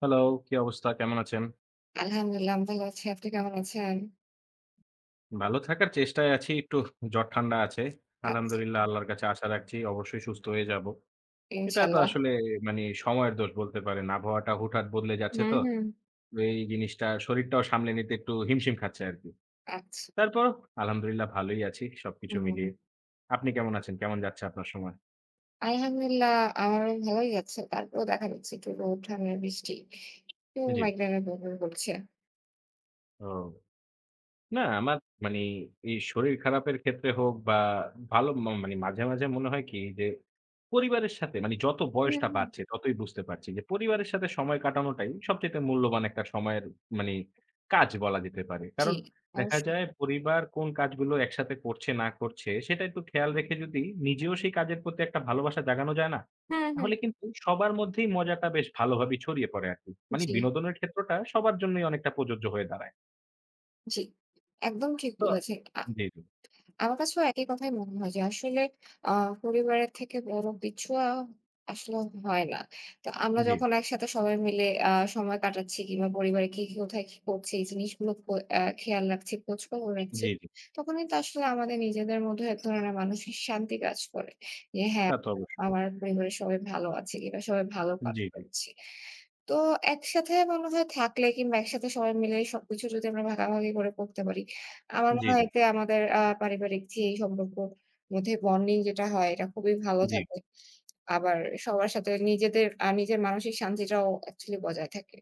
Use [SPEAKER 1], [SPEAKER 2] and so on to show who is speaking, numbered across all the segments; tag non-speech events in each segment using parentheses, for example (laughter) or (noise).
[SPEAKER 1] Hello, কি অবস্থা? কেমন আছেন?
[SPEAKER 2] আলহামদুলিল্লাহ আমি ভালো আছি। আপনি কেমন আছেন?
[SPEAKER 1] ভালো থাকার চেষ্টায় আছি। একটু জ্বর ঠান্ডা আছে।
[SPEAKER 2] আচ্ছা,
[SPEAKER 1] আলহামদুলিল্লাহ আল্লাহর কাছে আশা রাখছি অবশ্যই সুস্থ হয়ে যাব। এটা তো
[SPEAKER 2] ইনশাল্লাহ।
[SPEAKER 1] আসলে মানে সময়ের দোষ বলতে পারেন। আবহাওয়াটা হুটহাট বদলে যাচ্ছে
[SPEAKER 2] হুম,
[SPEAKER 1] তো।
[SPEAKER 2] হুম।
[SPEAKER 1] তো এই জিনিসটা শরীরটাও সামলে নিতে একটু হিমশিম খাচ্ছে আরকি।
[SPEAKER 2] আচ্ছা।
[SPEAKER 1] তারপরও আলহামদুলিল্লাহ ভালোই আছি সবকিছু
[SPEAKER 2] হুম।
[SPEAKER 1] মিলিয়ে। আপনি কেমন আছেন? কেমন যাচ্ছে আপনার সময়?
[SPEAKER 2] আলহামদুলিল্লাহ আমারও ভালোই যাচ্ছে। তারপরেও দেখা যাচ্ছে একটু রোদ, ঠান্ডা, বৃষ্টি, একটু
[SPEAKER 1] জি।
[SPEAKER 2] মাইগ্রেনের প্রবলেম করছে।
[SPEAKER 1] ও। না, আমার মানে এই শরীর খারাপের ক্ষেত্রে হোক বা ভালো মানে মাঝে, মাঝে মনে হয় কি যে পরিবারের সাথে মানে যত
[SPEAKER 2] হুম,
[SPEAKER 1] বয়সটা
[SPEAKER 2] হুম।
[SPEAKER 1] বাড়ছে ততই বুঝতে পারছি যে পরিবারের সাথে সময় কাটানোটাই সবচাইতে মূল্যবান একটা সময়ের মানে কাজ বলা যেতে পারে।
[SPEAKER 2] জি,
[SPEAKER 1] কারণ দেখা
[SPEAKER 2] অবশ্যই।
[SPEAKER 1] যায় পরিবার কোন কাজগুলো একসাথে করছে না করছে সেটা একটু খেয়াল রেখে যদি নিজেও সেই কাজের প্রতি একটা ভালোবাসা জাগানো যায় না?
[SPEAKER 2] হ্যাঁ, হ্যাঁ।
[SPEAKER 1] তাহলে কিন্তু সবার মধ্যেই মজাটা বেশ ভালোভাবেই ছড়িয়ে পড়ে আরকি। মানে
[SPEAKER 2] জি,
[SPEAKER 1] বিনোদনের ক্ষেত্রটা সবার জন্যই অনেকটা প্রযোজ্য হয়ে দাঁড়ায়।
[SPEAKER 2] জি। একদম ঠিক
[SPEAKER 1] তো
[SPEAKER 2] বলেছেন।
[SPEAKER 1] জি, জি।
[SPEAKER 2] আমার কাছেও একই কথাই মনে হয় যে আসলে আ পরিবারের থেকে বড় কিছু আসলে হয় না। তো আমরা
[SPEAKER 1] জি,
[SPEAKER 2] যখন একসাথে সবাই মিলে সময় কাটাচ্ছি কিংবা পরিবারে কে কোথায় কি করছে এই জিনিসগুলো খ আ খেয়াল রাখছি, খোঁজখবর রাখছি।
[SPEAKER 1] জি, জি।
[SPEAKER 2] তখন কিন্তু আসলে আমাদের নিজেদের মধ্যে এক ধরনের মানসিক শান্তি কাজ করে। যে হ্যাঁ,
[SPEAKER 1] তা তো অবশ্যই।
[SPEAKER 2] আমার পরিবারের সবাই ভালো আছে কিংবা সবাই ভালো কাজ
[SPEAKER 1] জি, জি,
[SPEAKER 2] করছে। তো একসাথে মনে হয় থাকলে কিংবা একসাথে সবাই মিলে সবকিছু যদি আমরা ভাগাভাগি করে করতে পারি আমার মনে
[SPEAKER 1] জি,
[SPEAKER 2] হয়
[SPEAKER 1] জি,
[SPEAKER 2] এতে আমাদের পারিবারিক যে সম্পর্ক মধ্যে বন্ডিং যেটা হয় এটা খুবই ভালো
[SPEAKER 1] জি।
[SPEAKER 2] থাকে। আবার সবার সাথে নিজেদের নিজের মানসিক শান্তিটাও অ্যাকচুয়ালি বজায় থাকে।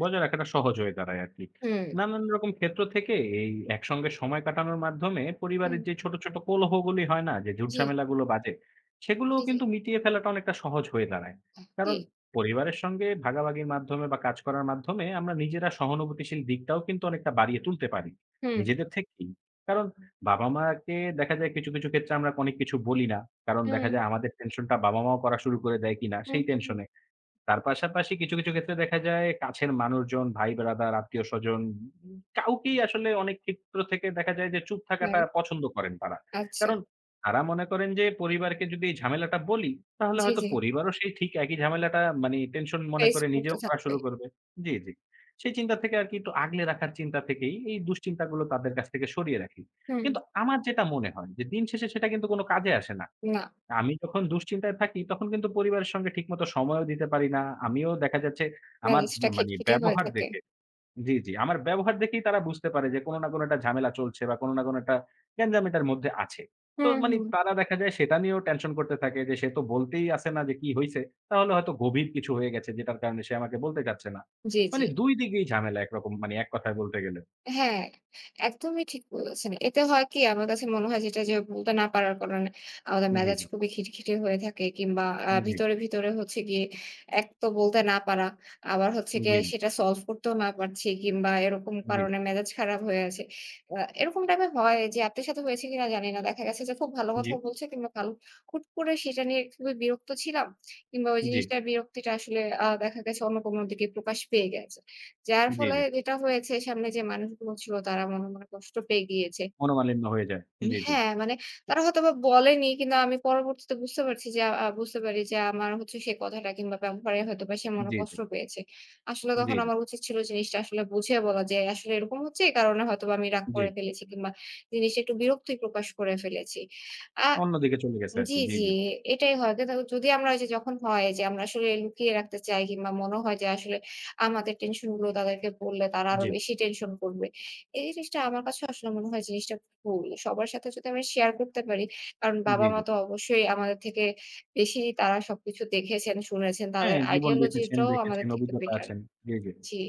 [SPEAKER 1] বজায় রাখাটা সহজ হয়ে দাঁড়ায় আরকি।
[SPEAKER 2] হুম,
[SPEAKER 1] নানান রকম ক্ষেত্র থেকে এই একসঙ্গে সময় কাটানোর মাধ্যমে
[SPEAKER 2] হুম।
[SPEAKER 1] পরিবারের যে ছোট, ছোট কোলাহলগুলি হয় না? যে
[SPEAKER 2] জি,
[SPEAKER 1] ঝুটঝামেলাগুলো বাজে, সেগুলোও
[SPEAKER 2] জি, জি।
[SPEAKER 1] কিন্তু মিটিয়ে ফেলাটা অনেকটা সহজ হয়ে দাঁড়ায়।
[SPEAKER 2] জি।
[SPEAKER 1] কারণ পরিবারের সঙ্গে ভাগাভাগির মাধ্যমে বা কাজ করার মাধ্যমে আমরা নিজেরা সহানুভূতিশীল দিকটাও কিন্তু অনেকটা বাড়িয়ে তুলতে পারি,
[SPEAKER 2] হুম,
[SPEAKER 1] নিজেদের থেকেই। কারণ বাবা-মাকে দেখা যায় কিছু, কিছু ক্ষেত্রে আমরা অনেক কিছু বলি না। কারণ দেখা
[SPEAKER 2] হুম,
[SPEAKER 1] যায় আমাদের টেনশনটা বাবা-মাও করা শুরু করে দেয় কিনা
[SPEAKER 2] হুম,
[SPEAKER 1] সেই
[SPEAKER 2] হুম, হুম।
[SPEAKER 1] টেনশনে। তার পাশাপাশি কিছু, কিছু ক্ষেত্রে দেখা যায় কাছের মানুষজন, ভাই-ব্রাদার, আত্মীয়স্বজন কাউকেই আসলে অনেক ক্ষেত্র থেকে দেখা যায় যে চুপ থাকাটা
[SPEAKER 2] হ্যাঁ,
[SPEAKER 1] পছন্দ করেন তারা।
[SPEAKER 2] আচ্ছা।
[SPEAKER 1] কারণ তারা মনে করেন যে পরিবারকে যদি এই ঝামেলাটা বলি, তাহলে
[SPEAKER 2] জি,
[SPEAKER 1] হয়তো
[SPEAKER 2] জি।
[SPEAKER 1] পরিবারও সেই ঠিক একই ঝামেলাটা মানে টেনশন মনে করে
[SPEAKER 2] Facebook তো
[SPEAKER 1] নিজেও করা শুরু
[SPEAKER 2] থাকবেই।
[SPEAKER 1] করবে। জি, জি। সেই চিন্তা থেকে আরকি একটু আগলে রাখার চিন্তা থেকেই এই দুশ্চিন্তাগুলো তাদের কাছ থেকে সরিয়ে রাখি।
[SPEAKER 2] হুম,
[SPEAKER 1] কিন্তু আমার যেটা মনে হয় যে দিন শেষে সেটা কিন্তু কোনো কাজে আসে না।
[SPEAKER 2] না
[SPEAKER 1] আমি যখন দুশ্চিন্তায় থাকি তখন কিন্তু পরিবারের সঙ্গে ঠিকমতো সময়ও দিতে পারি না। আমিও দেখা যাচ্ছে আমার
[SPEAKER 2] মেজাজটা
[SPEAKER 1] মানে
[SPEAKER 2] খিটখিটে হয়ে
[SPEAKER 1] ব্যবহার
[SPEAKER 2] থাকে।
[SPEAKER 1] দেখে জি, জি। আমার ব্যবহার দেখেই তারা বুঝতে পারে যে কোন না কোন একটা ঝামেলা চলছে বা কোন না কোন একটা গ্যাঞ্জাম এটার মধ্যে আছে। তো
[SPEAKER 2] হুম,
[SPEAKER 1] মানে
[SPEAKER 2] হুম।
[SPEAKER 1] তারা দেখা যায় সেটা নিয়েও টেনশন করতে থাকে যে সে তো বলতেই আসে না যে কি হইছে। তাহলে হয়তো গভীর কিছু হয়ে গেছে যেটার কারণে সে আমাকে বলতে চাচ্ছে না।
[SPEAKER 2] জি, জি।
[SPEAKER 1] মানে ২ দিকেই ঝামেলা একরকম মানে এক কথায় বলতে গেলে।
[SPEAKER 2] হ্যাঁ, একদমই ঠিক বলেছেন। এতে হয় কি আমার কাছে মনে হয় যেটা যে বলতে না পারার কারণে আমাদের
[SPEAKER 1] জি,
[SPEAKER 2] মেজাজ
[SPEAKER 1] জি,
[SPEAKER 2] খুবই খিটখিটে হয়ে থাকে কিংবা
[SPEAKER 1] জি,
[SPEAKER 2] ভিতরে, ভিতরে হচ্ছে গিয়ে এক তো বলতে না পারা, আবার হচ্ছে
[SPEAKER 1] জি,
[SPEAKER 2] গিয়ে
[SPEAKER 1] জি,
[SPEAKER 2] সেটা সলভ করতেও না পারছি কিংবা এরকম
[SPEAKER 1] জি,
[SPEAKER 2] কারণে মেজাজ খারাপ হয়ে আছে। আ এরকম টাইপে হয় যে আপনার সাথে হয়েছে কিনা জানি না। দেখা গেছে যে খুব ভালো
[SPEAKER 1] জি, জি,
[SPEAKER 2] কথাও বলছে কিংবা ভালো হুট করে সেটা নিয়ে খুবই বিরক্ত ছিলাম কিংবা ওই
[SPEAKER 1] জি।
[SPEAKER 2] জিনিসটার বিরক্তিটা আসলে দেখা গেছে অন্য কোনো দিকে প্রকাশ পেয়ে গেছে। যার
[SPEAKER 1] জি
[SPEAKER 2] ফলে যেটা হয়েছে সামনে যে মানুষগুলো ছিল তারা মনে, মনে কষ্ট পেয়ে গিয়েছে।
[SPEAKER 1] মনোমালিন্য হয়ে যায়। জি, জি,
[SPEAKER 2] হ্যাঁ, মানে তারা হয়তোবা বলেনি কিন্তু আমি পরবর্তীতে বুঝতে পারছি যে আ বুঝতে পারি যে আমার হচ্ছে সেই কথাটা কিংবা ব্যবহারে হয়তোবা সে মনে
[SPEAKER 1] জি। জি
[SPEAKER 2] কষ্ট পেয়েছে। আসলে
[SPEAKER 1] জি,
[SPEAKER 2] তখন আমার উচিত ছিল জিনিসটা আসলে বুঝিয়ে বলা যে আসলে এরকম হচ্ছে এই কারণে হয়তোবা আমি রাগ
[SPEAKER 1] জি।
[SPEAKER 2] করে ফেলেছি কিংবা জিনিসটা একটু বিরক্তি প্রকাশ করে ফেলেছি। আ
[SPEAKER 1] অন্যদিকে চলে গেছে
[SPEAKER 2] জি,
[SPEAKER 1] আরকি। জি,
[SPEAKER 2] জি।
[SPEAKER 1] জি।
[SPEAKER 2] এটাই হয়। কিন্তু যদি আমরা ওই যে যখন হয় যে আমরা আসলে লুকিয়ে রাখতে চাই কিংবা মনে হয় যে আসলে আমাদের টেনশন গুলো তাদেরকে বললে তারা আরো
[SPEAKER 1] জি,
[SPEAKER 2] বেশি টেনশন করবে। এই জিনিসটা আমার কাছে আসলে মনে হয় জিনিসটা ভুল। সবার সাথে যদি আমরা শেয়ার করতে পারি, কারণ
[SPEAKER 1] জি,
[SPEAKER 2] বাবা-মা
[SPEAKER 1] জি।
[SPEAKER 2] তো অবশ্যই আমাদের থেকে বেশি তারা সবকিছু দেখেছেন, শুনেছেন। তাদের
[SPEAKER 1] হ্যাঁ, জীবন বেঁচেছেন,
[SPEAKER 2] আইডিওলজিটাও আমাদের
[SPEAKER 1] দেখেছেন,
[SPEAKER 2] থেকে
[SPEAKER 1] অভিজ্ঞতা
[SPEAKER 2] বেটার।
[SPEAKER 1] আছেন। জি, জি।
[SPEAKER 2] জি।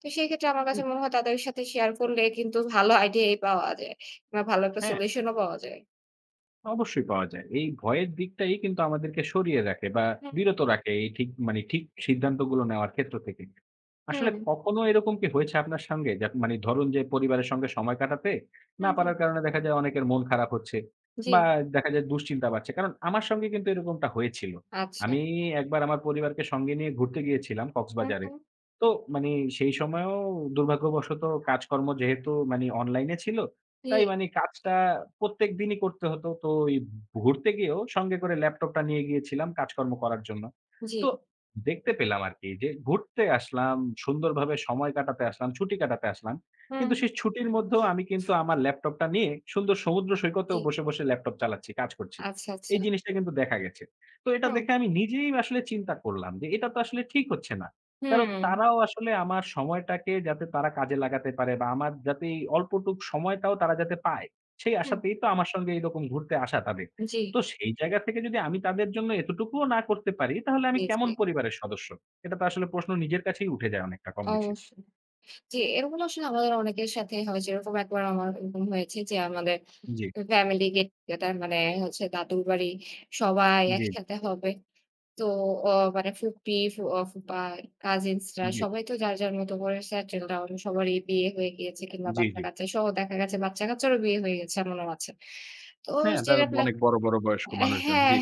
[SPEAKER 2] তো সেই ক্ষেত্রে আমার কাছে
[SPEAKER 1] উম
[SPEAKER 2] মনে হয় তাদের সাথে শেয়ার করলে কিন্তু ভালো আইডিয়াই পাওয়া যায়। বা ভালো একটা
[SPEAKER 1] হ্যাঁ।
[SPEAKER 2] সলিউশন ও পাওয়া যায়।
[SPEAKER 1] অবশ্যই পাওয়া যায়। এই ভয়ের দিকটাই কিন্তু আমাদেরকে সরিয়ে রাখে বা
[SPEAKER 2] হুম,
[SPEAKER 1] বিরত রাখে এই ঠিক মানে ঠিক সিদ্ধান্তগুলো নেওয়ার ক্ষেত্র থেকে। আসলে
[SPEAKER 2] হুম,
[SPEAKER 1] কখনো এরকম কি হয়েছে আপনার সঙ্গে? যে মানে ধরুন যে পরিবারের সঙ্গে সময় কাটাতে না
[SPEAKER 2] হুম, হুম।
[SPEAKER 1] পারার কারণে দেখা যায় অনেকের মন খারাপ হচ্ছে
[SPEAKER 2] জি।
[SPEAKER 1] বা দেখা যায় দুশ্চিন্তা বাড়ছে। কারণ আমার সঙ্গে কিন্তু এরকমটা হয়েছিল।
[SPEAKER 2] আচ্ছা।
[SPEAKER 1] আমি একবার আমার পরিবারকে সঙ্গে নিয়ে ঘুরতে গিয়েছিলাম
[SPEAKER 2] হুম,
[SPEAKER 1] কক্সবাজারে।
[SPEAKER 2] হুম।
[SPEAKER 1] তো মানে সেই সময়েও দুর্ভাগ্যবশত কাজকর্ম যেহেতু মানে অনলাইনে ছিল
[SPEAKER 2] জি,
[SPEAKER 1] তাই মানে কাজটা প্রত্যেকদিনই করতে হতো। তো ওই ঘুরতে গিয়েও সঙ্গে করে ল্যাপটপটা নিয়ে গিয়েছিলাম কাজকর্ম করার জন্য।
[SPEAKER 2] জি।
[SPEAKER 1] তো দেখতে পেলাম আরকি যে ঘুরতে আসলাম, সুন্দরভাবে সময় কাটাতে আসলাম, ছুটি কাটাতে আসলাম।
[SPEAKER 2] হুম,
[SPEAKER 1] কিন্তু
[SPEAKER 2] হুম।
[SPEAKER 1] সেই ছুটির মধ্যেও আমি কিন্তু আমার ল্যাপটপটা নিয়ে সুন্দর সমুদ্র
[SPEAKER 2] জি।
[SPEAKER 1] সৈকতেও বসে, বসে ল্যাপটপ চালাচ্ছি, কাজ করছি।
[SPEAKER 2] আচ্ছা, আচ্ছা।
[SPEAKER 1] এই জিনিসটা কিন্তু দেখা গেছে। তো এটা
[SPEAKER 2] হুম,
[SPEAKER 1] দেখে আমি নিজেই আসলে চিন্তা করলাম যে এটা তো আসলে ঠিক হচ্ছে না। কারণ
[SPEAKER 2] হুম,
[SPEAKER 1] তারাও আসলে আমার সময়টাকে যাতে তারা কাজে লাগাতে পারে বা আমার যাতে এই অল্পটুক সময়টাও তারা যাতে পায়, সেই
[SPEAKER 2] হুম।
[SPEAKER 1] আশাতেই তো আমার সঙ্গে এরকম ঘুরতে আসা তাদের।
[SPEAKER 2] জি,
[SPEAKER 1] তো সেই জায়গা থেকে যদি আমি তাদের জন্য এতটুকুও না করতে পারি, তাহলে আমি
[SPEAKER 2] জি, জি।
[SPEAKER 1] কেমন পরিবারের সদস্য? এটা তো আসলে প্রশ্ন নিজের কাছেই উঠে যায় অনেকটা কম বেশি।
[SPEAKER 2] অবশ্যই। জি, এরকম আসলে আমাদের অনেকের সাথে হয় যেরকম একবার আমার এরকম হয়েছে যে আমাদের
[SPEAKER 1] জি,
[SPEAKER 2] ফ্যামিলি গেট টুগেদার মানে হচ্ছে দাদুর বাড়ি সবাই
[SPEAKER 1] জি,
[SPEAKER 2] একসাথে হবে। তো অ মানে ফুপি, ফু অ ফুপা, কাজিনসরা
[SPEAKER 1] জি,
[SPEAKER 2] সবাই তো যার, যার মতো করে সেটেল ডাউন সবারই বিয়ে হয়ে গিয়েছে কিংবা
[SPEAKER 1] জি, জি।
[SPEAKER 2] বাচ্চা-কাচ্চা সহ দেখা গেছে বাচ্চা-কাচ্চারও বিয়ে হয়ে গেছে এমনও আছে। তো
[SPEAKER 1] হ্যাঁ, তারা
[SPEAKER 2] যেটা প্ল্যান
[SPEAKER 1] অনেক বড়, বড় বয়স্ক মানুষজন।
[SPEAKER 2] হ্যাঁ,
[SPEAKER 1] জি,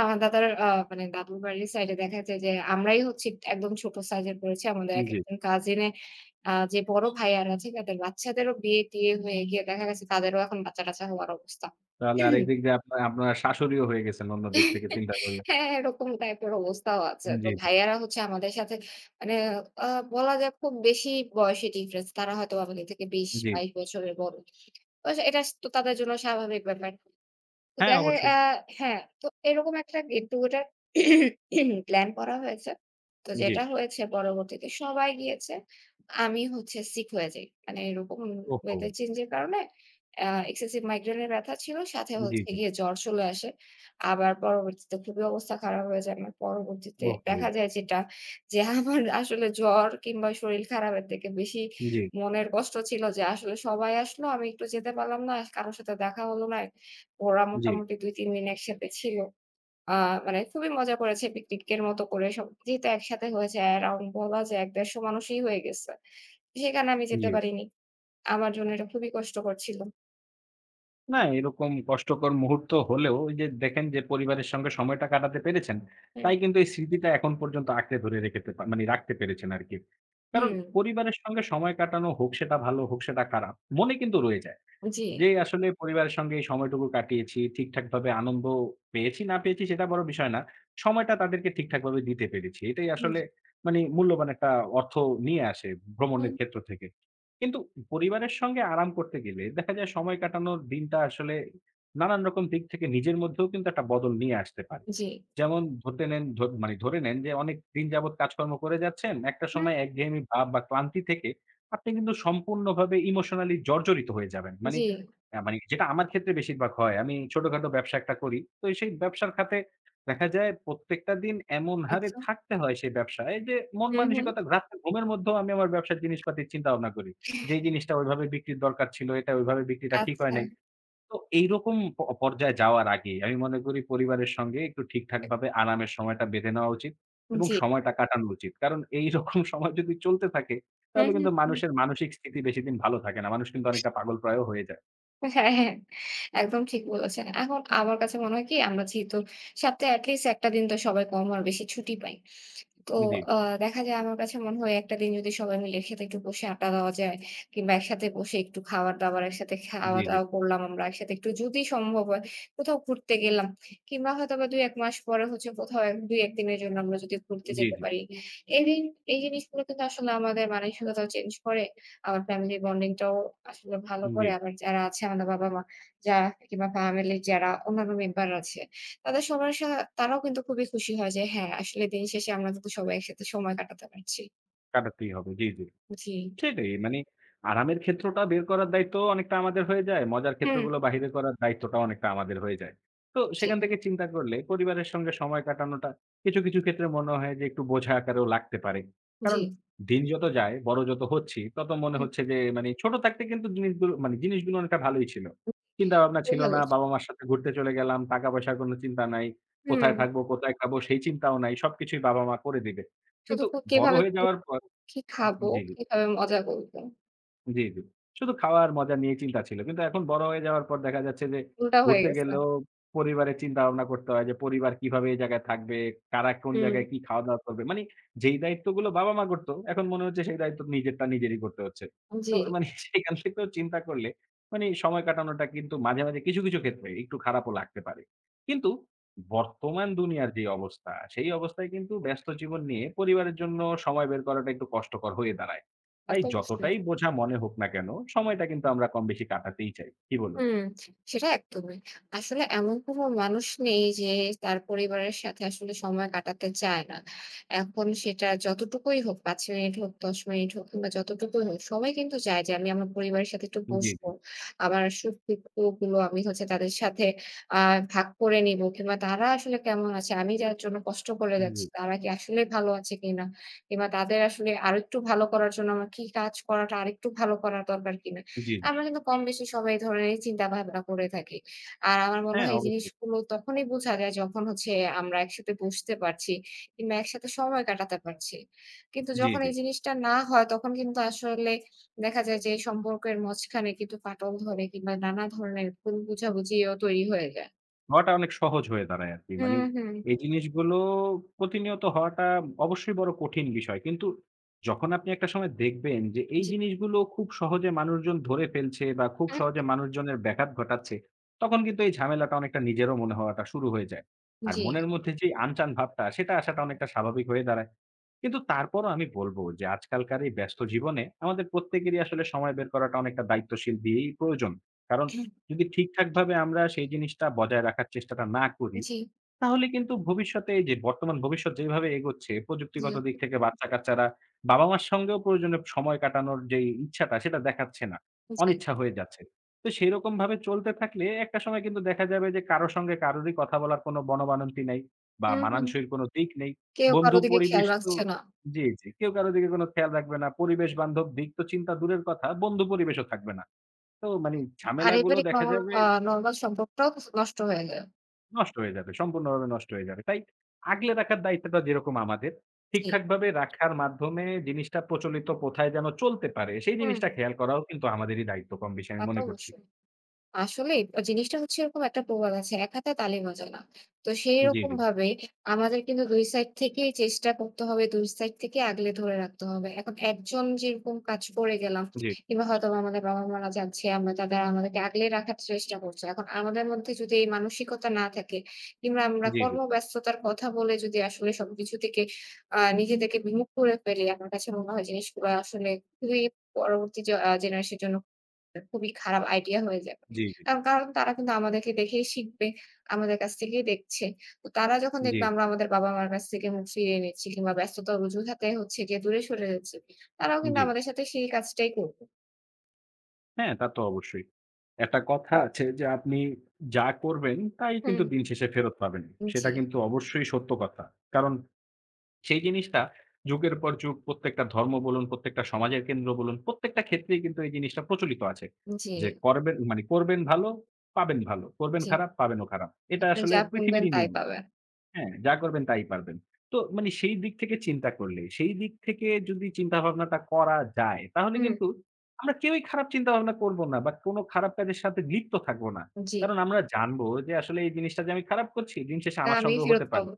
[SPEAKER 2] আমার দাদার মানে দাদুর বাড়ির সাইডে দেখা যায় যে আমরাই হচ্ছি একদম ছোট সাইজের পড়েছি। আমাদের
[SPEAKER 1] জি।
[SPEAKER 2] একেকজন কাজিনে যে বড় ভাইয়ারা আছে তাদের বাচ্চাদেরও বিয়ে-টিয়ে হয়ে গিয়ে দেখা গেছে তাদেরও এখন বাচ্চা-টাচ্চা হওয়ার অবস্থা।
[SPEAKER 1] তাহলে আরেক দিক দিয়ে আপনার আপনারা শাশুড়িও হয়ে গেছেন অন্য দিক থেকে চিন্তা করলে।
[SPEAKER 2] হ্যাঁ, এরকম টাইপের অবস্থাও আছে।
[SPEAKER 1] জি,
[SPEAKER 2] তো
[SPEAKER 1] জি,
[SPEAKER 2] ভাইয়ারা হচ্ছে আমাদের সাথে মানে আ বলা যায় খুব বেশি বয়সী ডিফারেন্স। তারা হয়তো আমাদের থেকে
[SPEAKER 1] জি।
[SPEAKER 2] ২০-২২ বছরের বড়। তো এটা তো তাদের জন্য স্বাভাবিক ব্যাপার। তো
[SPEAKER 1] হ্যাঁ,
[SPEAKER 2] দেখা
[SPEAKER 1] অবশ্যই।
[SPEAKER 2] আ হ্যাঁ, তো এরকম একটা গেট টুগেদার প্লান করা হয়েছে। তো
[SPEAKER 1] জি।
[SPEAKER 2] যেটা হয়েছে পরবর্তীতে সবাই গিয়েছে। আমি হচ্ছে সিক হয়ে যাই। মানে এরকম
[SPEAKER 1] ওহো!
[SPEAKER 2] ওয়েদার চেঞ্জ এর কারণে এক্সেসিভ মাইগ্রেন এর ব্যথা ছিল। সাথে
[SPEAKER 1] জি,
[SPEAKER 2] হচ্ছে
[SPEAKER 1] জি।
[SPEAKER 2] গিয়ে জ্বর চলে আসে। আবার পরবর্তীতে খুবই অবস্থা খারাপ হয়ে যায়। আমার পরবর্তীতে
[SPEAKER 1] ওহো!
[SPEAKER 2] দেখা যায় যেটা যে আমার আসলে জ্বর কিংবা শরীর খারাপের থেকে বেশি
[SPEAKER 1] জি,
[SPEAKER 2] মনের কষ্ট ছিল যে আসলে সবাই আসলো। আমি একটু যেতে পারলাম না। কারো সাথে দেখা হলো না। ওরা
[SPEAKER 1] জি,
[SPEAKER 2] মোটামুটি ২-৩ দিন একসাথে ছিল। আ মানে খুবই মজা করেছে পিকনিকের মতো করে সব যেহেতু একসাথে হয়েছে অ্যারাউন্ড বলা যায় ১-১৫০ মানুষই হয়ে গেছে। সেখানে আমি যেতে
[SPEAKER 1] জি।
[SPEAKER 2] পারিনি। আমার জন্য এটা খুবই কষ্টকর ছিল।
[SPEAKER 1] না এরকম কষ্টকর মুহূর্ত হলেও ওই যে দেখেন যে পরিবারের সঙ্গে সময়টা কাটাতে পেরেছেন,
[SPEAKER 2] হুম।
[SPEAKER 1] তাই কিন্তু এই স্মৃতিটা এখন পর্যন্ত আঁকড়ে ধরে রেখেতে পা মানে রাখতে পেরেছেন আরকি। কারণ
[SPEAKER 2] হুম,
[SPEAKER 1] পরিবারের সঙ্গে সময় কাটানো হোক সেটা ভালো, হোক সেটা খারাপ, মনে কিন্তু রয়ে যায়।
[SPEAKER 2] জি,
[SPEAKER 1] যে আসলে পরিবারের সঙ্গে এই সময়টুকু কাটিয়েছি, ঠিকঠাকভাবে আনন্দ পেয়েছি না পেয়েছি সেটা বড় বিষয় না। সময়টা তাদেরকে ঠিকঠাকভাবে দিতে পেরেছি। এটাই
[SPEAKER 2] হুম,
[SPEAKER 1] আসলে মানে মূল্যবান একটা অর্থ নিয়ে আসে ভ্রমণের
[SPEAKER 2] হুম।
[SPEAKER 1] ক্ষেত্র থেকে। কিন্তু পরিবারের সঙ্গে আরাম করতে গেলে দেখা যায় সময় কাটানোর দিনটা আসলে নানান রকম দিক থেকে নিজের মধ্যেও কিন্তু একটা বদল নিয়ে আসতে পারে।
[SPEAKER 2] জি,
[SPEAKER 1] যেমন ধরতে নেন ধ মানে ধরে নেন যে অনেক দিন যাবৎ কাজকর্ম করে যাচ্ছেন। একটা সময়
[SPEAKER 2] হুম।
[SPEAKER 1] একঘেয়েমি ভাব বা ক্লান্তি থেকে আপনি কিন্তু সম্পূর্ণভাবে ইমোশনালি জর্জরিত হয়ে যাবেন। মানে
[SPEAKER 2] জি,
[SPEAKER 1] মানে যেটা আমার ক্ষেত্রে বেশিরভাগ হয়। আমি ছোটখাটো ব্যবসা একটা করি। তো সেই ব্যবসার খাতে দেখা যায় প্রত্যেকটা দিন এমন হারে
[SPEAKER 2] আচ্ছা।
[SPEAKER 1] থাকতে হয় সেই ব্যবসায় যে মন
[SPEAKER 2] হুম, হুম।
[SPEAKER 1] মানসিকতা রাত্রে ঘুমের মধ্যেও আমি আমার ব্যবসার জিনিসপাতির চিন্তা ভাবনা করি। যে এই জিনিসটা ওইভাবে বিক্রির দরকার ছিল, এটা ওইভাবে বিক্রিটা ঠিক হয়
[SPEAKER 2] আচ্ছা,
[SPEAKER 1] নাই। তো এইরকম পর্যায়ে যাওয়ার আগে আমি মনে করি পরিবারের সঙ্গে একটু ঠিকঠাকভাবে আরামের সময়টা বেঁধে নেওয়া উচিত এবং
[SPEAKER 2] জি।
[SPEAKER 1] সময়টা কাটানো উচিত। কারণ এইরকম (laughs) সময় যদি চলতে থাকে
[SPEAKER 2] হুম,
[SPEAKER 1] তাহলে
[SPEAKER 2] হুম,
[SPEAKER 1] কিন্তু
[SPEAKER 2] হুম।
[SPEAKER 1] মানুষের মানসিক স্থিতি বেশিদিন ভালো থাকে না। মানুষ কিন্তু অনেকটা পাগলপ্রায়ও হয়ে যায়।
[SPEAKER 2] হ্যাঁ, হ্যাঁ, একদম ঠিক বলেছেন। এখন আমার কাছে মনে হয় কি আমরা যেহেতু সপ্তাহে এট লিস্ট ১ টা দিন তো সবাই কম আর বেশি ছুটি পাই। তো
[SPEAKER 1] জি।
[SPEAKER 2] আ দেখা যায় আমার কাছে মনে হয় একটা দিন যদি সবাই মিলে একসাথে একটু বসে আড্ডা দেওয়া যায় কিংবা একসাথে বসে একটু খাবার-দাবার একসাথে
[SPEAKER 1] জি, জি।
[SPEAKER 2] খাওয়া-দাওয়া করলাম আমরা। একসাথে একটু যদি সম্ভব হয় কোথাও ঘুরতে গেলাম কিংবা হয়তোবা ২-১ মাস পরে হচ্ছে কোথাও এক ২-১ দিনের জন্য আমরা যদি ঘুরতে
[SPEAKER 1] জি,
[SPEAKER 2] যেতে
[SPEAKER 1] জি।
[SPEAKER 2] পারি। এই দিন এই জিনিসগুলো কিন্তু আসলে আমাদের মানসিকতাও চেঞ্জ করে। আবার ফ্যামিলি বন্ডিংটাও আসলে ভালো করে।
[SPEAKER 1] জি।
[SPEAKER 2] আবার যারা আছে আমাদের বাবা-মা যারা কিংবা ফ্যামিলির যারা অন্যান্য মেম্বার আছে তাদের সবার সা তারাও কিন্তু খুবই খুশি হয় যে হ্যাঁ, আসলে দিন শেষে আমরা কিন্তু সবাই একসাথে সময় কাটাতে পারছি।
[SPEAKER 1] কাটাতেই হবে। জি, জি।
[SPEAKER 2] জি।
[SPEAKER 1] সেটাই মানে আরামের ক্ষেত্রটা বের করার দায়িত্ব অনেকটা আমাদের হয়ে যায়। মজার
[SPEAKER 2] হুম,
[SPEAKER 1] ক্ষেত্রগুলো বাহিরে করার দায়িত্বটা অনেকটা আমাদের হয়ে যায়। তো
[SPEAKER 2] জি,
[SPEAKER 1] সেখান থেকে চিন্তা করলে পরিবারের সঙ্গে সময় কাটানোটা কিছু, কিছু ক্ষেত্রে মনে হয় যে একটু বোঝা আকারেও লাগতে পারে।
[SPEAKER 2] জি।
[SPEAKER 1] কারণ দিন যত যায়, বড় যত হচ্ছি, তত মনে
[SPEAKER 2] হুম।
[SPEAKER 1] হচ্ছে যে মানে ছোট থাকতে কিন্তু জিনিসগুলো মানে জিনিসগুলো অনেকটা ভালোই ছিল। চিন্তাভাবনা
[SPEAKER 2] খুবই
[SPEAKER 1] ছিল
[SPEAKER 2] ভালো
[SPEAKER 1] না,
[SPEAKER 2] ছিল।
[SPEAKER 1] বাবা-মার সাথে ঘুরতে চলে গেলাম, টাকা-পয়সার কোনো চিন্তা নাই,
[SPEAKER 2] হুম,
[SPEAKER 1] কোথায় থাকবো, কোথায় খাবো সেই চিন্তাও নাই। সবকিছুই বাবা-মা করে দিবে।
[SPEAKER 2] শুধু
[SPEAKER 1] কিন্তু বড়
[SPEAKER 2] কিভাবে
[SPEAKER 1] হয়ে
[SPEAKER 2] (unintelligible) ঘুরবো,
[SPEAKER 1] যাওয়ার পর
[SPEAKER 2] কি খাবো,
[SPEAKER 1] জি।
[SPEAKER 2] কিভাবে মজা করব।
[SPEAKER 1] জি, জি। শুধু খাওয়ার মজা নিয়ে চিন্তা ছিল। কিন্তু এখন বড় হয়ে যাওয়ার পর দেখা যাচ্ছে যে
[SPEAKER 2] উল্টা হয়ে
[SPEAKER 1] ঘুরতে
[SPEAKER 2] গেছে।
[SPEAKER 1] গেলেও পরিবারের চিন্তা-ভাবনা করতে হয় যে পরিবার কিভাবে এই জায়গায় থাকবে, কারা কোন
[SPEAKER 2] হুম,
[SPEAKER 1] জায়গায় কি খাওয়া-দাওয়া করবে। মানে যেই দায়িত্বগুলো বাবা-মা করত, এখন মনে হচ্ছে সেই দায়িত্ব নিজেরটা নিজেরই করতে হচ্ছে।
[SPEAKER 2] জি,
[SPEAKER 1] তো মানে (laughs) সেখান থেকেও চিন্তা করলে মানে সময় কাটানোটা কিন্তু মাঝে, মাঝে কিছু, কিছু ক্ষেত্রে একটু খারাপও লাগতে পারে। কিন্তু বর্তমান দুনিয়ার যে অবস্থা, সেই অবস্থায় কিন্তু ব্যস্ত জীবন নিয়ে পরিবারের জন্য সময় বের করাটা একটু কষ্টকর হয়ে দাঁড়ায়।
[SPEAKER 2] তা
[SPEAKER 1] তাই
[SPEAKER 2] তো অবশ্যই।
[SPEAKER 1] যতটাই বোঝা মনে হোক না কেন, সময়টা কিন্তু আমরা কম বেশি কাটাতেই চাই। কি বলুন?
[SPEAKER 2] হুম, সেটা একদমই। আসলে এমন কোনো মানুষ নেই যে তার পরিবারের সাথে আসলে সময় কাটাতে চায় না। এখন সেটা যতটুকুই হোক ৫ মিনিট হোক, ১০ মিনিট হোক কিংবা যতটুকুই হোক সবাই কিন্তু চায় যে আমি আমার পরিবারের সাথে একটু
[SPEAKER 1] জি, জি।
[SPEAKER 2] বসবো। আমার সুখ-দুঃখগুলো আমি হচ্ছে তাদের সাথে আ ভাগ করে নিবো কিংবা তারা আসলে কেমন আছে? আমি যার জন্য কষ্ট করে
[SPEAKER 1] জি, জি।
[SPEAKER 2] যাচ্ছি তারা কি আসলে ভালো আছে কিনা? কিংবা তাদের আসলে আরেকটু ভালো করার জন্য আমার কি কাজ করাটা আরেকটু ভালো করা দরকার কিনা?
[SPEAKER 1] জি
[SPEAKER 2] আমরা কিন্তু কমবেশি সবাই এই ধরনের চিন্তা-ভাবনা করে থাকি। আর আমার মনে
[SPEAKER 1] হ্যাঁ,
[SPEAKER 2] হয় এই
[SPEAKER 1] অবশ্যই।
[SPEAKER 2] জিনিসগুলো তখনই বোঝা যায় যখন হচ্ছে আমরা একসাথে বসতে পারছি কিংবা একসাথে সময় কাটাতে পারছি। কিন্তু
[SPEAKER 1] জি,
[SPEAKER 2] যখন
[SPEAKER 1] জি।
[SPEAKER 2] এই জিনিসটা না হয় তখন কিন্তু আসলে দেখা যায় যে সম্পর্কের মাঝখানে কিন্তু ফাটল ধরে কিংবা নানা ধরনের ভুল বুঝাবুঝিও তৈরি হয়ে যায়।
[SPEAKER 1] হওয়াটা অনেক সহজ হয়ে দাঁড়ায় আরকি। মানি
[SPEAKER 2] হুম, হুম।
[SPEAKER 1] এই জিনিসগুলো প্রতিনিয়ত হওয়াটা অবশ্যই বড় কঠিন বিষয়। কিন্তু যখন আপনি একটা সময় দেখবেন যে এই
[SPEAKER 2] জি।
[SPEAKER 1] জিনিসগুলো খুব সহজে মানুষজন ধরে ফেলছে বা খুব
[SPEAKER 2] হুম,
[SPEAKER 1] সহজে মানুষজনের ব্যাঘাত ঘটাচ্ছে, তখন কিন্তু এই ঝামেলাটা অনেকটা নিজেরও মনে হওয়াটা শুরু হয়ে যায়।
[SPEAKER 2] হুম,
[SPEAKER 1] আর
[SPEAKER 2] জি।
[SPEAKER 1] মনের মধ্যে যে আনচান ভাবটা সেটা আসাটা অনেকটা স্বাভাবিক হয়ে দাঁড়ায়। কিন্তু তারপরও আমি বলব যে আজকালকার এই ব্যস্ত জীবনে আমাদের প্রত্যেকেরই আসলে সময় বের করাটা অনেকটা দায়িত্বশীল দিয়েই প্রয়োজন। কারণ যদি ঠিকঠাকভাবে আমরা সেই জিনিসটা বজায় রাখার চেষ্টাটা না করি,
[SPEAKER 2] জি,
[SPEAKER 1] তাহলে কিন্তু ভবিষ্যতে এই যে বর্তমান ভবিষ্যৎ যেভাবে এগোচ্ছে
[SPEAKER 2] জি,
[SPEAKER 1] প্রযুক্তিগত দিক থেকে বাচ্চা-কাচ্চারা বাবা-মার সঙ্গেও প্রয়োজনে সময় কাটানোর যেই ইচ্ছাটা সেটা দেখাচ্ছে না।
[SPEAKER 2] জি।
[SPEAKER 1] অনিচ্ছা হয়ে যাচ্ছে। তো সেইরকমভাবে চলতে থাকলে একটা সময় কিন্তু দেখা যাবে যে কারো সঙ্গে কারোরই কথা বলার কোনো বনবানন্তি নেই বা
[SPEAKER 2] হুম, হুম।
[SPEAKER 1] মানানসইর কোনো দিক নেই।
[SPEAKER 2] কেউ
[SPEAKER 1] বন্ধু
[SPEAKER 2] কারো দিকে খেয়াল
[SPEAKER 1] পরিবেশ তো
[SPEAKER 2] রাখছে না।
[SPEAKER 1] জি, জি। কেউ কারো দিকে কোনো খেয়াল রাখবে না। পরিবেশ বান্ধব দিক তো চিন্তা দূরের কথা, বন্ধু পরিবেশও থাকবে না। তো মানে
[SPEAKER 2] আর
[SPEAKER 1] ঝামেলাগুলো
[SPEAKER 2] পারিবারিক
[SPEAKER 1] দেখা
[SPEAKER 2] নরমাল
[SPEAKER 1] যাবে
[SPEAKER 2] নরমাল সম্পর্কটাও নষ্ট হয়ে যায়।
[SPEAKER 1] নষ্ট হয়ে যাবে। সম্পূর্ণভাবে নষ্ট হয়ে যাবে। তাই আগলে রাখার দায়িত্বটা যেরকম আমাদের,
[SPEAKER 2] জি।
[SPEAKER 1] ঠিকঠাকভাবে রাখার মাধ্যমে জিনিসটা প্রচলিত প্রথায় যেন চলতে পারে, সেই
[SPEAKER 2] হুম, হুম,
[SPEAKER 1] জিনিসটা খেয়াল করাও কিন্তু আমাদেরই দায়িত্ব কম বেশি
[SPEAKER 2] তা
[SPEAKER 1] আমি
[SPEAKER 2] তো
[SPEAKER 1] মনে করছি।
[SPEAKER 2] অবশ্যই। আসলেই জিনিসটা হচ্ছে এরকম একটা প্রবাদ আছে, "এক হাতে তালি বাজে না।" তো
[SPEAKER 1] জি,
[SPEAKER 2] সেইরকম
[SPEAKER 1] জি,
[SPEAKER 2] ভাবে আমাদের কিন্তু ২ সাইড থেকেই চেষ্টা করতে হবে, ২ সাইড থেকে আগলে ধরে রাখতে হবে। এখন একজন যেরকম কাজ করে গেলাম
[SPEAKER 1] জি,
[SPEAKER 2] কিংবা হয়তোবা আমাদের বাবা-মারা যাচ্ছে, আমরা তাদের আমাদেরকে আগলে রাখার চেষ্টা করছে। এখন আমাদের মধ্যে যদি এই মানসিকতা না থাকে কিংবা আমরা
[SPEAKER 1] জি, জি,
[SPEAKER 2] কর্মব্যস্ততার কথা বলে যদি আসলে সবকিছু থেকে নিজেদেরকে বিমুখ করে ফেলি, আমার কাছে মনে হয় জিনিসগুলো আসলে খুবই পরবর্তী জ আ জেনারেশন এর জন্য খুবই খারাপ আইডিয়া হয়ে যাবে।
[SPEAKER 1] জি,
[SPEAKER 2] কারণ তারা কিন্তু আমাদেরকে দেখেই শিখবে, আমাদের কাছ থেকেই দেখছে। তো তারা যখন
[SPEAKER 1] জি,
[SPEAKER 2] দেখবে
[SPEAKER 1] জি,
[SPEAKER 2] আমরা আমাদের বাবা-মার কাছ থেকে মুখ ফিরিয়ে নিচ্ছি কিংবা ব্যস্ততার অজুহাতে হচ্ছে গিয়ে দূরে সরে যাচ্ছি, তারাও
[SPEAKER 1] জি,
[SPEAKER 2] কিন্তু
[SPEAKER 1] জি।
[SPEAKER 2] আমাদের সাথে সেই কাজটাই করবে।
[SPEAKER 1] হ্যাঁ, তা তো অবশ্যই। একটা কথা আছে যে আপনি যা করবেন তাই কিন্তু
[SPEAKER 2] হুম।
[SPEAKER 1] দিন শেষে ফেরত পাবেন। সেটা
[SPEAKER 2] জি,
[SPEAKER 1] কিন্তু অবশ্যই সত্য কথা। কারণ সেই জিনিসটা যুগের পর যুগ প্রত্যেকটা ধর্ম বলুন, প্রত্যেকটা সমাজের কেন্দ্র বলুন, প্রত্যেকটা ক্ষেত্রেই কিন্তু এই জিনিসটা প্রচলিত আছে।
[SPEAKER 2] জি,
[SPEAKER 1] যে করবেন মানে করবেন ভালো, পাবেন ভালো। করবেন
[SPEAKER 2] জি।
[SPEAKER 1] খারাপ, পাবেনও খারাপ। এটা আসলে
[SPEAKER 2] যা বলবেন
[SPEAKER 1] পৃথিবীরই
[SPEAKER 2] তাই
[SPEAKER 1] নিয়ম।
[SPEAKER 2] পাবেন।
[SPEAKER 1] হ্যাঁ, যা করবেন তাই পারবেন। তো মানে সেই দিক থেকে চিন্তা করলে, সেই দিক থেকে যদি চিন্তাভাবনাটা করা যায়, তাহলে
[SPEAKER 2] হুম।
[SPEAKER 1] কিন্তু আমরা কেউই খারাপ চিন্তাভাবনা করব না বা কোনো খারাপ কাজের সাথে লিপ্ত থাকব না।
[SPEAKER 2] জি।
[SPEAKER 1] কারণ আমরা জানবো যে আসলে এই জিনিসটা যে আমি খারাপ করছি, দিন শেষে
[SPEAKER 2] না
[SPEAKER 1] আমার
[SPEAKER 2] আমি
[SPEAKER 1] সঙ্গেও
[SPEAKER 2] ফেরত
[SPEAKER 1] হতে পারে।
[SPEAKER 2] পাবো।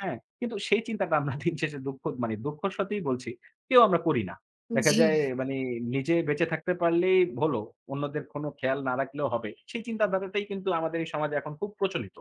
[SPEAKER 1] হ্যাঁ, কিন্তু সেই চিন্তাটা আমরা দিন শেষে দুঃখ মানে দুঃখর সাথেই বলছি, কেউ আমরা করি না। দেখা
[SPEAKER 2] জি,
[SPEAKER 1] যায় মানে নিজে বেঁচে থাকতে পারলেই হলো, অন্যদের কোনো খেয়াল না রাখলেও হবে। সেই চিন্তাধারাটাই কিন্তু আমাদের এই সমাজে এখন খুব প্রচলিত।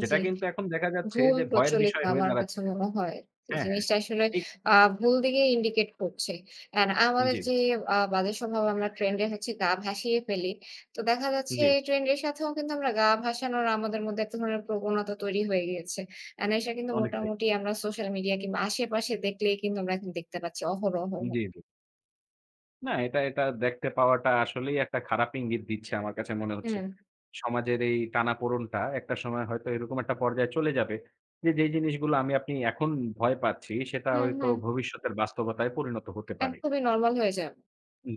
[SPEAKER 1] যেটা
[SPEAKER 2] জি।
[SPEAKER 1] কিন্তু এখন দেখা যাচ্ছে
[SPEAKER 2] ভুল
[SPEAKER 1] যে ভয়ের
[SPEAKER 2] প্রচলিত
[SPEAKER 1] বিষয় হয়ে
[SPEAKER 2] আমার কাছে
[SPEAKER 1] দাঁড়াচ্ছে।
[SPEAKER 2] মনে হয়। যে
[SPEAKER 1] হ্যাঁ, হ্যাঁ।
[SPEAKER 2] জিনিসটা আসলে
[SPEAKER 1] এই
[SPEAKER 2] আ ভুল দিকে ইন্ডিকেট করছে। অ্যান্ড আমাদের
[SPEAKER 1] জি,
[SPEAKER 2] যে বাজে স্বভাব আমরা ট্রেন্ড এ হচ্ছে গা ভাসিয়ে ফেলি। তো দেখা যাচ্ছে
[SPEAKER 1] জি,
[SPEAKER 2] ট্রেন্ড এর সাথেও কিন্তু আমরা গা ভাসানোর আমাদের মধ্যে এক ধরনের প্রবণতা তৈরি হয়ে গিয়েছে। অ্যান্ড এটা কিন্তু
[SPEAKER 1] অনেকটাই।
[SPEAKER 2] মোটামুটি আমরা সোশ্যাল মিডিয়া কিংবা আশেপাশে দেখলেই কিন্তু আমরা এখন দেখতে পাচ্ছি অহরহ।
[SPEAKER 1] জি, জি। না, এটা দেখতে পাওয়াটা আসলেই একটা খারাপ ইঙ্গিত দিচ্ছে আমার কাছে মনে হচ্ছে।
[SPEAKER 2] হুম,
[SPEAKER 1] সমাজের এই টানাপোড়েনটা একটা সময় হয়তো এরকম একটা পর্যায়ে চলে যাবে যে, যেই জিনিসগুলো আমি আপনি এখন ভয় পাচ্ছি, সেটা
[SPEAKER 2] হুম,
[SPEAKER 1] হয়তো
[SPEAKER 2] হুম।
[SPEAKER 1] ভবিষ্যতের বাস্তবতায় পরিণত হতে পারে।
[SPEAKER 2] একদমই নরমাল হয়ে যাবে।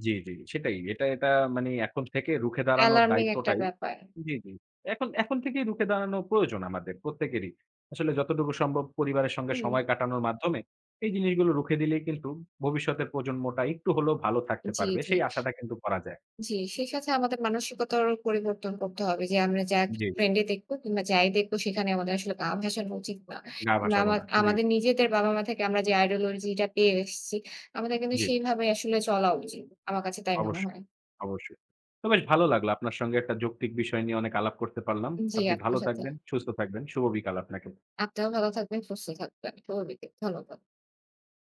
[SPEAKER 1] জি, জি। সেটাই। এটা এটা মানে এখন থেকে রুখে দাঁড়ানোর
[SPEAKER 2] অ্যালার্মিং একটা
[SPEAKER 1] দায়িত্বটাই
[SPEAKER 2] ব্যাপার।
[SPEAKER 1] জি, জি। এখন এখন থেকেই রুখে দাঁড়ানো প্রয়োজন আমাদের প্রত্যেকেরই। আসলে যতটুকু সম্ভব পরিবারের সঙ্গে
[SPEAKER 2] হুম,
[SPEAKER 1] সময় কাটানোর মাধ্যমে এই জিনিসগুলো রুখে দিলেই কিন্তু ভবিষ্যতের প্রজন্মটা একটু হলেও ভালো থাকতে
[SPEAKER 2] জি,
[SPEAKER 1] পারবে।
[SPEAKER 2] জি।
[SPEAKER 1] সেই আশাটা কিন্তু করা যায়।
[SPEAKER 2] জি, সেই সাথে আমাদের মানসিকতারও পরিবর্তন করতে হবে যে আমরা যা
[SPEAKER 1] জি, জি।
[SPEAKER 2] ট্রেন্ডে দেখবো কিংবা যাই দেখবো সেখানে আমাদের আসলে গা ভাসানো উচিত না।
[SPEAKER 1] গা
[SPEAKER 2] কিংবা
[SPEAKER 1] ভাসাবো না। জি,
[SPEAKER 2] আমাদের নিজেদের বাবা-মা থেকে আমরা যে আইডিওলজি টা পেয়ে এসেছি, আমাদের কিন্তু
[SPEAKER 1] জি।
[SPEAKER 2] সেইভাবে আসলে চলা উচিত। আমার কাছে তাই মনে
[SPEAKER 1] অবশ্যই,
[SPEAKER 2] হয়।
[SPEAKER 1] অবশ্যই। তো বেশ ভালো লাগলো আপনার সঙ্গে একটা যৌক্তিক বিষয় নিয়ে অনেক আলাপ করতে পারলাম।
[SPEAKER 2] জি,
[SPEAKER 1] আপনি
[SPEAKER 2] আপনার
[SPEAKER 1] ভালো
[SPEAKER 2] সাথে।
[SPEAKER 1] থাকবেন, সুস্থ থাকবেন। শুভ বিকাল আপনাকে।
[SPEAKER 2] আপনিও ভালো থাকবেন, সুস্থ থাকবেন। শুভ বিকেল। ধন্যবাদ।